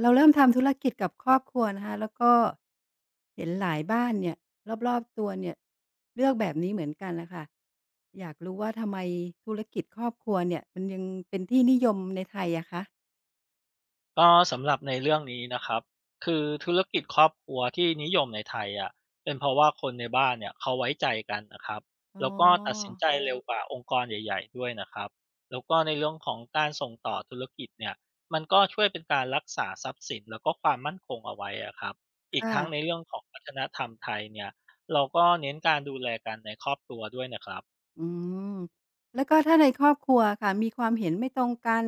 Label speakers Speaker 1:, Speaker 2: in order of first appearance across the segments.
Speaker 1: เราเริ่มทำธุรกิจกับครอบครัวนะคะแล้วก็เห็นหลายบ้านเนี่ยรอบๆตัวเนี่ยเลือกแบบนี้เหมือนกันน่ะค่ะอยากรู้ว่าทำไมธุรกิจครอบครัวเนี่ยมันยังเป็นที่นิยมในไทยอะคะ
Speaker 2: ก็สำหรับในเรื่องนี้นะครับคือธุรกิจครอบครัวที่นิยมในไทยอ่ะเป็นเพราะว่าคนในบ้านเนี่ยเขาไว้ใจกันนะครับ
Speaker 1: อ๋
Speaker 2: แล้วก็ตัดสิ
Speaker 1: อ
Speaker 2: นใจเร็วกว่าองค์กรใหญ่ๆด้วยนะครับแล้วก็ในเรื่องของการส่งต่อธุรกิจเนี่ยมันก็ช่วยเป็นการรักษาทรัพย์สินแล้วก็ความมั่นคงเอาไว้อะครับอีก
Speaker 1: ค่ะ
Speaker 2: ทั้งในเรื่องของวัฒนธรรมไทยเนี่ยเราก็เน้นการดูแลกันในครอบครัวด้วยนะครับ
Speaker 1: อืมแล้วก็ถ้าในครอบครัวค่ะมีความเห็นไม่ตรงกัน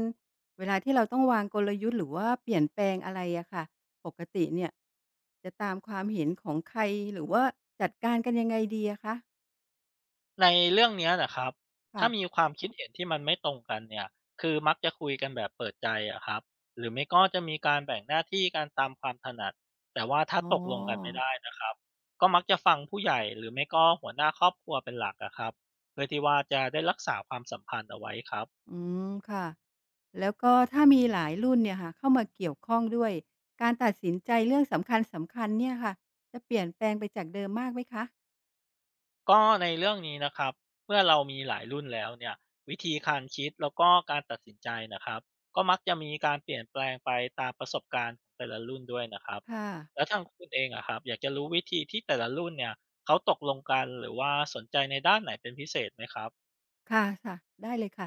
Speaker 1: เวลาที่เราต้องวางกลยุทธ์หรือว่าเปลี่ยนแปลงอะไรอะค่ะปกติเนี่ยจะตามความเห็นของใครหรือว่าจัดการกันยังไงดีอะคะ
Speaker 2: ในเรื่องเนี้ยนะครับถ้า
Speaker 1: ค่ะ
Speaker 2: มีความคิดเห็นที่มันไม่ตรงกันเนี่ยคือมักจะคุยกันแบบเปิดใจอะครับหรือไม่ก็จะมีการแบ่งหน้าที่การตามความถนัด แต่ว่าถ้า
Speaker 1: อ๋อ
Speaker 2: ตกลงกันไม่ได้นะครับก็มักจะฟังผู้ใหญ่หรือไม่ก็หัวหน้าครอบครัวเป็นหลักอะครับเพื่อที่ว่าจะได้รักษาความสัมพันธ์เอาไว้ครับ
Speaker 1: อืมค่ะแล้วก็ถ้ามีหลายรุ่นเนี่ยค่ะเข้ามาเกี่ยวข้องด้วยการตัดสินใจเรื่องสำคัญสำคัญเนี่ยค่ะจะเปลี่ยนแปลงไปจากเดิมมากไหมคะ
Speaker 2: ก็ในเรื่องนี้นะครับเมื่อเรามีหลายรุ่นแล้วเนี่ยวิธีการคิดแล้วก็การตัดสินใจนะครับก็มักจะมีการเปลี่ยนแปลงไปตามประสบการณ์ของแต่ละรุ่นด้วยนะครับ
Speaker 1: ค่ะ
Speaker 2: แล้วทางคุณเองอะครับอยากจะรู้วิธีที่แต่ละรุ่นเนี่ยเขาตกลงกันหรือว่าสนใจในด้านไหนเป็นพิเศษไหมครับ
Speaker 1: ค่ะค่ะได้เลยค่ะ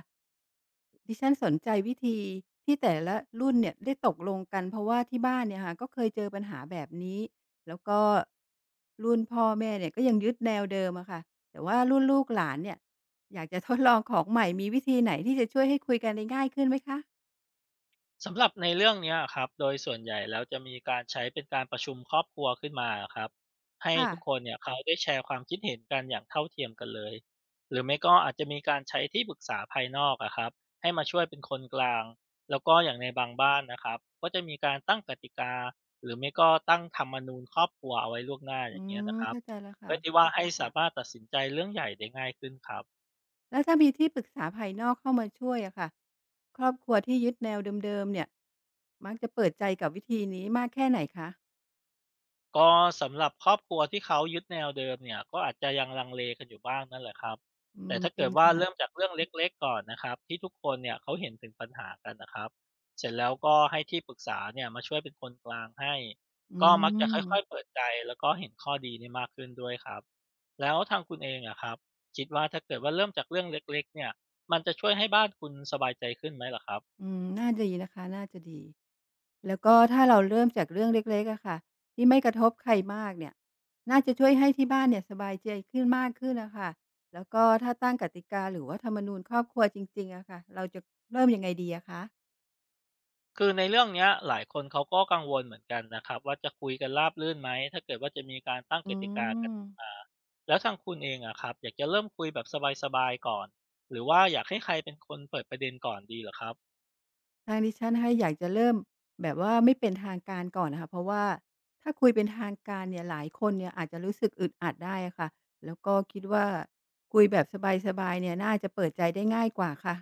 Speaker 1: ดิฉันสนใจวิธีที่แต่ละรุ่นเนี่ยได้ตกลงกันเพราะว่าที่บ้านเนี่ยค่ะก็เคยเจอปัญหาแบบนี้แล้วก็รุ่นพ่อแม่เนี่ยก็ยังยึดแนวเดิมอะค่ะแต่ว่ารุ่นลูกหลานเนี่ยอยากจะทดลองของใหม่มีวิธีไหนที่จะช่วยให้คุยกันได้ง่ายขึ้นไหมคะ
Speaker 2: สำหรับในเรื่องเนี้ยครับโดยส่วนใหญ่แล้วจะมีการใช้เป็นการประชุมครอบครัวขึ้นมาครับให้
Speaker 1: ค่ะ
Speaker 2: ทุกคนเนี่ยเขาได้แชร์ความคิดเห็นกันอย่างเท่าเทียมกันเลยหรือไม่ก็อาจจะมีการใช้ที่ปรึกษาภายนอกอะครับให้มาช่วยเป็นคนกลางแล้วก็อย่างในบางบ้านนะครับก็จะมีการตั้งกติกาหรือไม่ก็ตั้งธรรมนูญครอบครัวเอาไว้ล่วงหน้าอ
Speaker 1: อื
Speaker 2: ย่างเงี้ย
Speaker 1: ม
Speaker 2: นะครับ
Speaker 1: เข้าใจแล้ว
Speaker 2: เพื่
Speaker 1: ค่ะ
Speaker 2: อที่ว่าให้สามารถตัดสินใจเรื่องใหญ่ได้ง่ายขึ้นครับ
Speaker 1: แล้วถ้ามีที่ปรึกษาภายนอกเข้ามาช่วยอะค่ะครอบครัวที่ยึดแนวเดิมๆเนี่ยมักจะเปิดใจกับวิธีนี้มากแค่ไหนคะ
Speaker 2: ก็สำหรับครอบครัวที่เขายึดแนวเดิมเนี่ยก็อาจจะยังลังเลกันอยู่บ้างนั่นแหละครับ
Speaker 1: อื
Speaker 2: แต่
Speaker 1: ม
Speaker 2: ถ้า
Speaker 1: จ
Speaker 2: เกิ
Speaker 1: ริ
Speaker 2: ด
Speaker 1: ง
Speaker 2: ว่าเริ่ม
Speaker 1: ค่ะ
Speaker 2: จากเรื่องเล็กๆก่อนนะครับที่ทุกคนเนี่ยเขาเห็นถึงปัญหากันนะครับเสร็จแล้วก็ให้ที่ปรึกษาเนี่ยมาช่วยเป็นคนกลางให้
Speaker 1: อื
Speaker 2: ก็มักจะ
Speaker 1: ม
Speaker 2: ค่อยๆเปิดใจแล้วก็เห็นข้อดีเนี่ยมากขึ้นด้วยครับแล้วทางคุณเองอะครับคิดว่าถ้าเกิดว่าเริ่มจากเรื่องเล็กๆเนี่ยมันจะช่วยให้บ้านคุณสบายใจขึ้นไหมล่ะครับ
Speaker 1: อืมน่าดีนะคะน่าจะดีแล้วก็ถ้าเราเริ่มจากเรื่องเล็กๆอะค่ะที่ไม่กระทบใครมากเนี่ยน่าจะช่วยให้ที่บ้านเนี่ยสบายใจขึ้นมากขึ้นอะค่ะแล้วก็ถ้าตั้งกติกาหรือว่าธรรมนูญครอบครัวจริงๆอะค่ะเราจะเริ่มยังไงดีอะคะ
Speaker 2: คือในเรื่องเนี้ยหลายคนเขาก็กังวลเหมือนกันนะครับว่าจะคุยกันราบรื่นไหมถ้าเกิดว่าจะมีการตั้ง
Speaker 1: อื
Speaker 2: กติกากัน
Speaker 1: ม
Speaker 2: มาแล้วทางคุณเองอะครับอยากจะเริ่มคุยแบบสบายๆก่อนหรือว่าอยากให้ใครเป็นคนเปิดประเด็นก่อนดีเหรอครับ
Speaker 1: ทางดิฉันนะคะอยากจะเริ่มแบบว่าไม่เป็นทางการก่อนนะคะเพราะว่าถ้าคุยเป็นทางการเนี่ยหลายคนเนี่ยอาจจะรู้สึกอึดอัดได้อะค่ะแล้วก็คิดว่าคุยแบบสบายๆเนี่ยน่าจะเปิดใจได้ง่ายกว่าค่ะ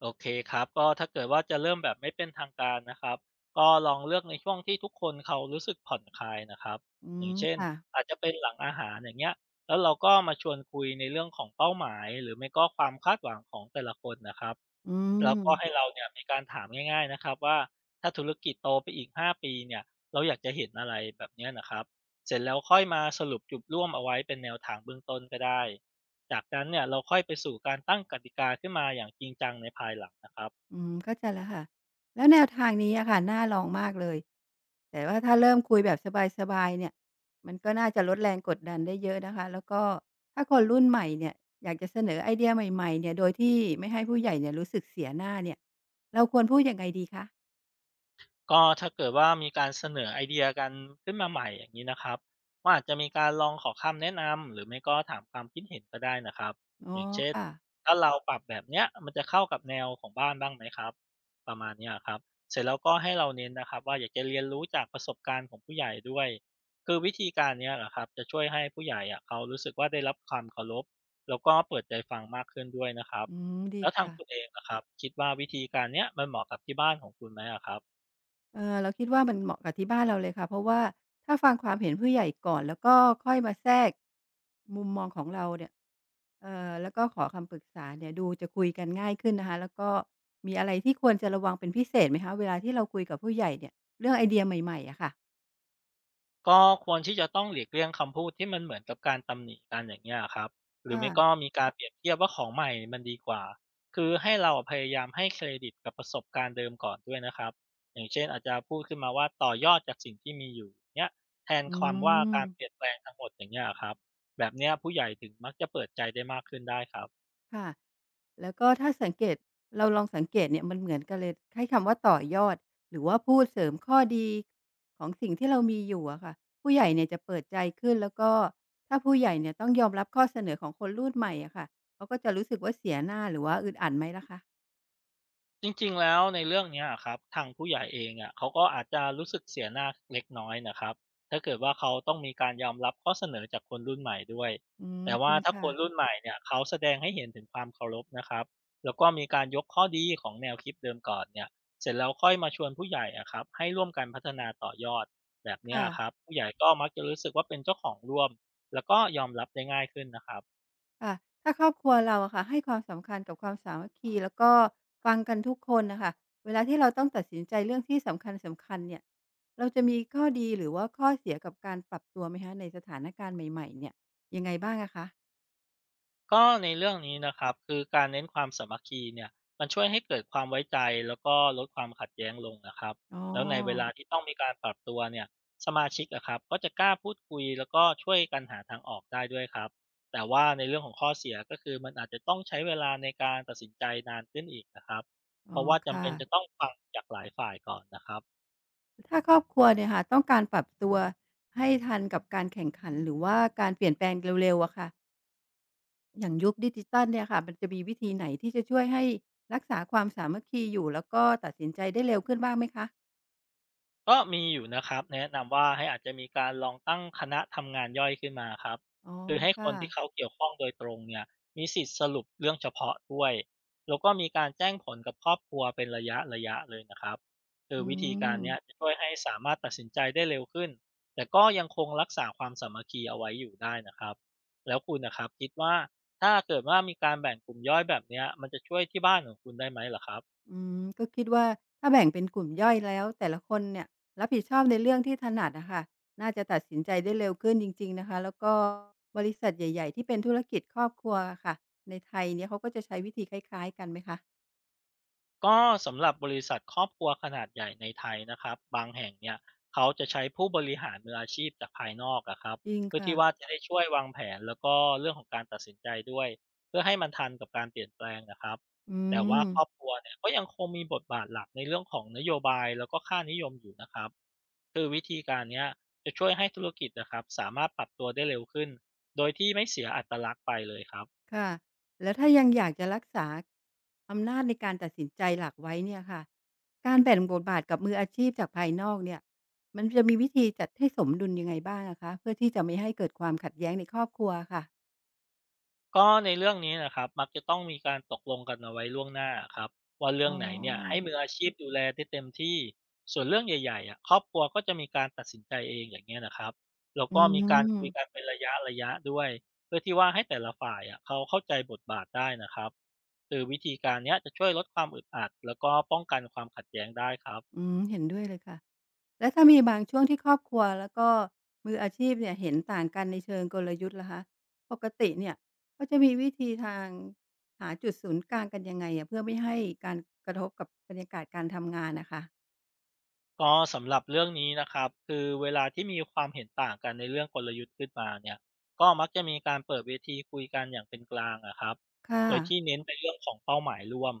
Speaker 2: โอเคครับก็ถ้าเกิดว่าจะเริ่มแบบไม่เป็นทางการนะครับก็ลองเลือกในช่วงที่ทุกคนเขารู้สึกผ่อนคลายนะครับ
Speaker 1: อื
Speaker 2: อย่า
Speaker 1: ม
Speaker 2: งเช่น
Speaker 1: ค่ะ
Speaker 2: อาจจะเป็นหลังอาหารอย่างเงี้ยแล้วเราก็มาชวนคุยในเรื่องของเป้าหมายหรือไม่ก็ความคาดหวังของแต่ละคนนะครับ
Speaker 1: อื
Speaker 2: แล้วก็ให้
Speaker 1: ม
Speaker 2: เราเนี่ยมีการถามง่ายๆนะครับว่าถ้าธุรกิจโตไปอีก5ปีเนี่ยเราอยากจะเห็นอะไรแบบเนี้ยนะครับเสร็จแล้วค่อยมาสรุปจุดร่วมเอาไว้เป็นแนวทางเบื้องต้นก็ได้จากนั้นเนี่ยเราค่อยไปสู่การตั้งกติกาขึ้นมาอย่างจริงจังในภายหลังนะครับ
Speaker 1: อืมเข้าใจแล้วค่ะแล้วแนวทางนี้อะค่ะน่าลองมากเลยแต่ว่าถ้าเริ่มคุยแบบสบายๆเนี่ยมันก็น่าจะลดแรงกดดันได้เยอะนะคะแล้วก็ถ้าคนรุ่นใหม่เนี่ยอยากจะเสนอไอเดียใหม่ๆเนี่ยโดยที่ไม่ให้ผู้ใหญ่เนี่ยรู้สึกเสียหน้าเนี่ยเราควรพูดยังไงดีคะ
Speaker 2: ก็ถ้าเกิดว่ามีการเสนอไอเดียกันขึ้นมาใหม่อย่างนี้นะครับก็อาจจะมีการลองขอคำแนะนำหรือไม่ก็ถามความคิดเห็นก็ได้นะครับ
Speaker 1: อ๋
Speaker 2: อ
Speaker 1: อ
Speaker 2: ย่างเช่น
Speaker 1: ค่ะ
Speaker 2: ถ้าเราปรับแบบเนี้ยมันจะเข้ากับแนวของบ้านบ้างไหมครับประมาณเนี้ยครับเสร็จแล้วก็ให้เราเน้นนะครับว่าอยากจะเรียนรู้จากประสบการณ์ของผู้ใหญ่ด้วยคือวิธีการเนี้ยแหละครับจะช่วยให้ผู้ใหญ่อะเขารู้สึกว่าได้รับความเคารพแล้วก็เปิดใจฟังมากขึ้นด้วยนะครับ
Speaker 1: อืมดี
Speaker 2: แล้วทาง
Speaker 1: ค่ะ
Speaker 2: คุณเองนะครับคิดว่าวิธีการเนี้ยมันเหมาะกับที่บ้านของคุณไหมอะครับ
Speaker 1: เออเราคิดว่ามันเหมาะกับที่บ้านเราเลยค่ะเพราะว่าถ้าฟังความเห็นผู้ใหญ่ก่อนแล้วก็ค่อยมาแทรกมุมมองของเราเนี่ยเออแล้วก็ขอคำปรึกษาเนี่ยดูจะคุยกันง่ายขึ้นนะคะแล้วก็มีอะไรที่ควรจะระวังเป็นพิเศษไหมคะเวลาที่เราคุยกับผู้ใหญ่เนี่ยเรื่องไอเดียใหม่ๆอะค่ะ
Speaker 2: ก็ควรที่จะต้องหลีกเลี่ยงคำพูดที่มันเหมือนกับการตำหนิกันอย่างเงี้ยครับหรือไม่ก็
Speaker 1: ค่ะ
Speaker 2: มีการเปรียบเทียบว่าของใหม่มันดีกว่าคือให้เราพยายามให้เครดิตกับประสบการณ์เดิมก่อนด้วยนะครับอย่างเช่นอาจจะพูดขึ้นมาว่าต่อยอดจากสิ่งที่มีอยู่เนี้ยแทน
Speaker 1: อื
Speaker 2: ความว่า
Speaker 1: ม
Speaker 2: การเปลี่ยนแปลงทั้งหมดอย่างเงี้ยครับแบบเนี้ยผู้ใหญ่ถึงมักจะเปิดใจได้มากขึ้นได้ครับ
Speaker 1: ค่ะ แล้วก็ถ้าสังเกต เราลองสังเกตเนี่ยมันเหมือนกันเลยใช้คำว่าต่อยอด หรือว่าพูดเสริมข้อดีของสิ่งที่เรามีอยู่อะค่ะผู้ใหญ่เนี่ยจะเปิดใจขึ้น แล้วก็ถ้าผู้ใหญ่เนี่ยต้องยอมรับข้อเสนอของคนรุ่นใหม่อะค่ะเขาก็จะรู้สึกว่าเสียหน้าหรือว่าอึดอัดไหมล่ะคะ
Speaker 2: จริงๆแล้วในเรื่องเนี้ยอะครับทางผู้ใหญ่เองอะเขาก็อาจจะรู้สึกเสียหน้าเล็กน้อยนะครับถ้าเกิดว่าเขาต้องมีการยอมรับข้อเสนอจากคนรุ่นใหม่ด้วย
Speaker 1: อืม
Speaker 2: แต่
Speaker 1: จ
Speaker 2: ว่า
Speaker 1: ริง
Speaker 2: ถ้าค
Speaker 1: ค่ะ
Speaker 2: นรุ่นใหม่เนี่ยเขาแสดงให้เห็นถึงความเคารพนะครับแล้วก็มีการยกข้อดีของแนวคิดเดิมก่อนเนี่ยเสร็จแล้วค่อยมาชวนผู้ใหญ่อะครับให้ร่วมกันพัฒนาต่อยอดแบบเนี้ย
Speaker 1: ค่ะ
Speaker 2: อะครับผู้ใหญ่ก็มักจะรู้สึกว่าเป็นเจ้าของร่วมแล้วก็ยอมรับได้ง่ายขึ้นนะครับ
Speaker 1: ค่ะถ้าครอบครัวเราอะค่ะให้ความสำคัญกับความสามัคคีแล้วก็ฟังกันทุกคนน่ะค่ะเวลาที่เราต้องตัดสินใจเรื่องที่สำคัญๆเนี่ยเราจะมีข้อดีหรือว่าข้อเสียกับการปรับตัวไหมคะในสถานการณ์ใหม่ๆเนี่ยยังไงบ้างอะคะ
Speaker 2: ก็ในเรื่องนี้นะครับคือการเน้นความสามัคคีเนี่ยมันช่วยให้เกิดความไว้ใจแล้วก็ลดความขัดแย้งลงนะครับ
Speaker 1: อ๋อ
Speaker 2: แล้วในเวลาที่ต้องมีการปรับตัวเนี่ยสมาชิกนะครับก็จะกล้าพูดคุยแล้วก็ช่วยกันหาทางออกได้ด้วยครับแต่ว่าในเรื่องของข้อเสียก็คือมันอาจจะต้องใช้เวลาในการตัดสินใจนานขึ้นอีกนะครับเพ
Speaker 1: อ๋อ
Speaker 2: ราะว่าจำ
Speaker 1: ค่ะ
Speaker 2: เป็นจะต้องฟังจากหลายฝ่ายก่อนนะครับ
Speaker 1: ถ้าครอบครัวเนี่ยค่ะต้องการปรับตัวให้ทันกับการแข่งขันหรือว่าการเปลี่ยนแปลงเร็วๆอะค่ะอย่างยุคดิจิทัลเนี่ยค่ะมันจะมีวิธีไหนที่จะช่วยให้รักษาความสามัคคีอยู่แล้วก็ตัดสินใจได้เร็วขึ้นบ้างไหมคะ
Speaker 2: ก็มีอยู่นะครับแนะนำว่าให้อาจจะมีการลองตั้งคณะทำงานย่อยขึ้นมาครับ
Speaker 1: อ๋อ
Speaker 2: คือให้ค
Speaker 1: ค่ะ
Speaker 2: นที่เขาเกี่ยวข้องโดยตรงเนี่ยมีสิทธิ์สรุปเรื่องเฉพาะด้วยแล้วก็มีการแจ้งผลกับครอบครัวเป็นระยะเลยนะครับคือ
Speaker 1: อื
Speaker 2: วิธีการ
Speaker 1: ม
Speaker 2: เนี้ยจะช่วยให้สามารถตัดสินใจได้เร็วขึ้นแต่ก็ยังคงรักษาความสามัคคีเอาไว้อยู่ได้นะครับแล้วคุณนะครับคิดว่าถ้าเกิดว่ามีการแบ่งกลุ่มย่อยแบบเนี้ยมันจะช่วยที่บ้านของคุณได้ไหมเหรอครับ
Speaker 1: อืม ก็คิดว่าถ้าแบ่งเป็นกลุ่มย่อยแล้วแต่ละคนเนี่ยรับผิดชอบในเรื่องที่ถนัดอะค่ะน่าจะตัดสินใจได้เร็วขึ้นจริงๆนะคะแล้วก็บริษัทใหญ่ๆที่เป็นธุรกิจครอบครัวอะค่ะในไทยเนี่ยเขาก็จะใช้วิธีคล้ายๆกันไหมคะ
Speaker 2: ก็สำหรับบริษัทครอบครัวขนาดใหญ่ในไทยนะครับบางแห่งเนี่ยเขาจะใช้ผู้บริหารมืออาชีพจากภายนอกอะครับ
Speaker 1: จริง
Speaker 2: เพื่อ
Speaker 1: ค่ะ
Speaker 2: ที่ว่าจะได้ช่วยวางแผนแล้วก็เรื่องของการตัดสินใจด้วยเพื่อให้มันทันกับการเปลี่ยนแปลงนะครับ
Speaker 1: อื
Speaker 2: แต่ว่า
Speaker 1: ม
Speaker 2: ครอบครัวเนี่ยก็ยังคงมีบทบาทหลักในเรื่องของนโยบายแล้วก็ค่านิยมอยู่นะครับคือวิธีการเนี้ยจะช่วยให้ธุรกิจนะครับสามารถปรับตัวได้เร็วขึ้นโดยที่ไม่เสียอัตลักษณ์ไปเลยครับ
Speaker 1: ค่ะแล้วถ้ายังอยากจะรักษาอำนาจในการตัดสินใจหลักไว้เนี่ยค่ะการแบ่งบทบาทกับมืออาชีพจากภายนอกเนี่ยมันจะมีวิธีจัดให้สมดุลยังไงบ้างอะคะเพื่อที่จะไม่ให้เกิดความขัดแย้งในครอบครัวค่ะ
Speaker 2: ก็ในเรื่องนี้นะครับมักจะต้องมีการตกลงกันเอาไว้ล่วงหน้าครับว่าเรื่อ
Speaker 1: อ๋อ
Speaker 2: งไหนเนี่ยให้มืออาชีพดูแลได้เต็มที่ส่วนเรื่องใหญ่ๆอ่ะครอบครัวก็จะมีการตัดสินใจเองอย่างเงี้ยนะครับแล้ว
Speaker 1: อื
Speaker 2: ก็มี
Speaker 1: ม
Speaker 2: การคุยกันเป็นระยะด้วยเพื่อที่ว่าให้แต่ละฝ่ายอ่ะเขาเข้าใจบทบาทได้นะครับคือวิธีการเนี้ยจะช่วยลดความอึดอัดแล้วก็ป้องกันความขัดแย้งได้ครับ
Speaker 1: อืมเห็นด้วยเลยค่ะแล้วถ้ามีบางช่วงที่ครอบครัวแล้วก็มืออาชีพเนี่ยเห็นต่างกันในเชิงกลยุทธ์ล่ะคะปกติเนี่ยก็จะมีวิธีทางหาจุดศูนย์กลางกันยังไงอะเพื่อไม่ให้การกระทบกับบรรยากาศการทำงานน่ะค่ะ
Speaker 2: ก็สำหรับเรื่องนี้นะครับคือเวลาที่มีความเห็นต่างกันในเรื่องกลยุทธ์ขึ้นมาเนี่ยก็มักจะมีการเปิดเวทีคุยกันอย่างเป็นกลางอะครับ
Speaker 1: ค่ะ
Speaker 2: โดยที่เน้นไปเรื่องของเป้าหมายร่วม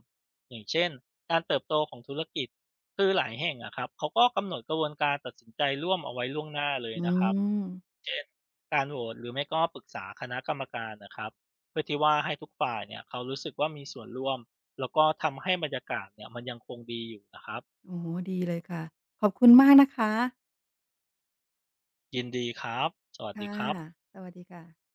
Speaker 2: อย่างเช่นการเติบโตของธุรกิจคือหลายแห่งอะครับเขาก็กำหนดกระบวนการตัดสินใจร่วมเอาไว้ล่วงหน้าเลย
Speaker 1: อื
Speaker 2: นะครับ
Speaker 1: ม
Speaker 2: เช่นการโหวตหรือไม่ก็ปรึกษาคณะกรรมการนะครับเพื่อที่ว่าให้ทุกฝ่ายเนี่ยเขารู้สึกว่ามีส่วนร่วมแล้วก็ทำให้บรรยากาศเนี่ยมันยังคงดีอยู่นะครับ
Speaker 1: โอ้โฮดีเลยค่ะขอบคุณมากนะคะ
Speaker 2: ยินดีครับ สวัสดี
Speaker 1: ค่ะ
Speaker 2: ครับ
Speaker 1: สวัสดีค่ะ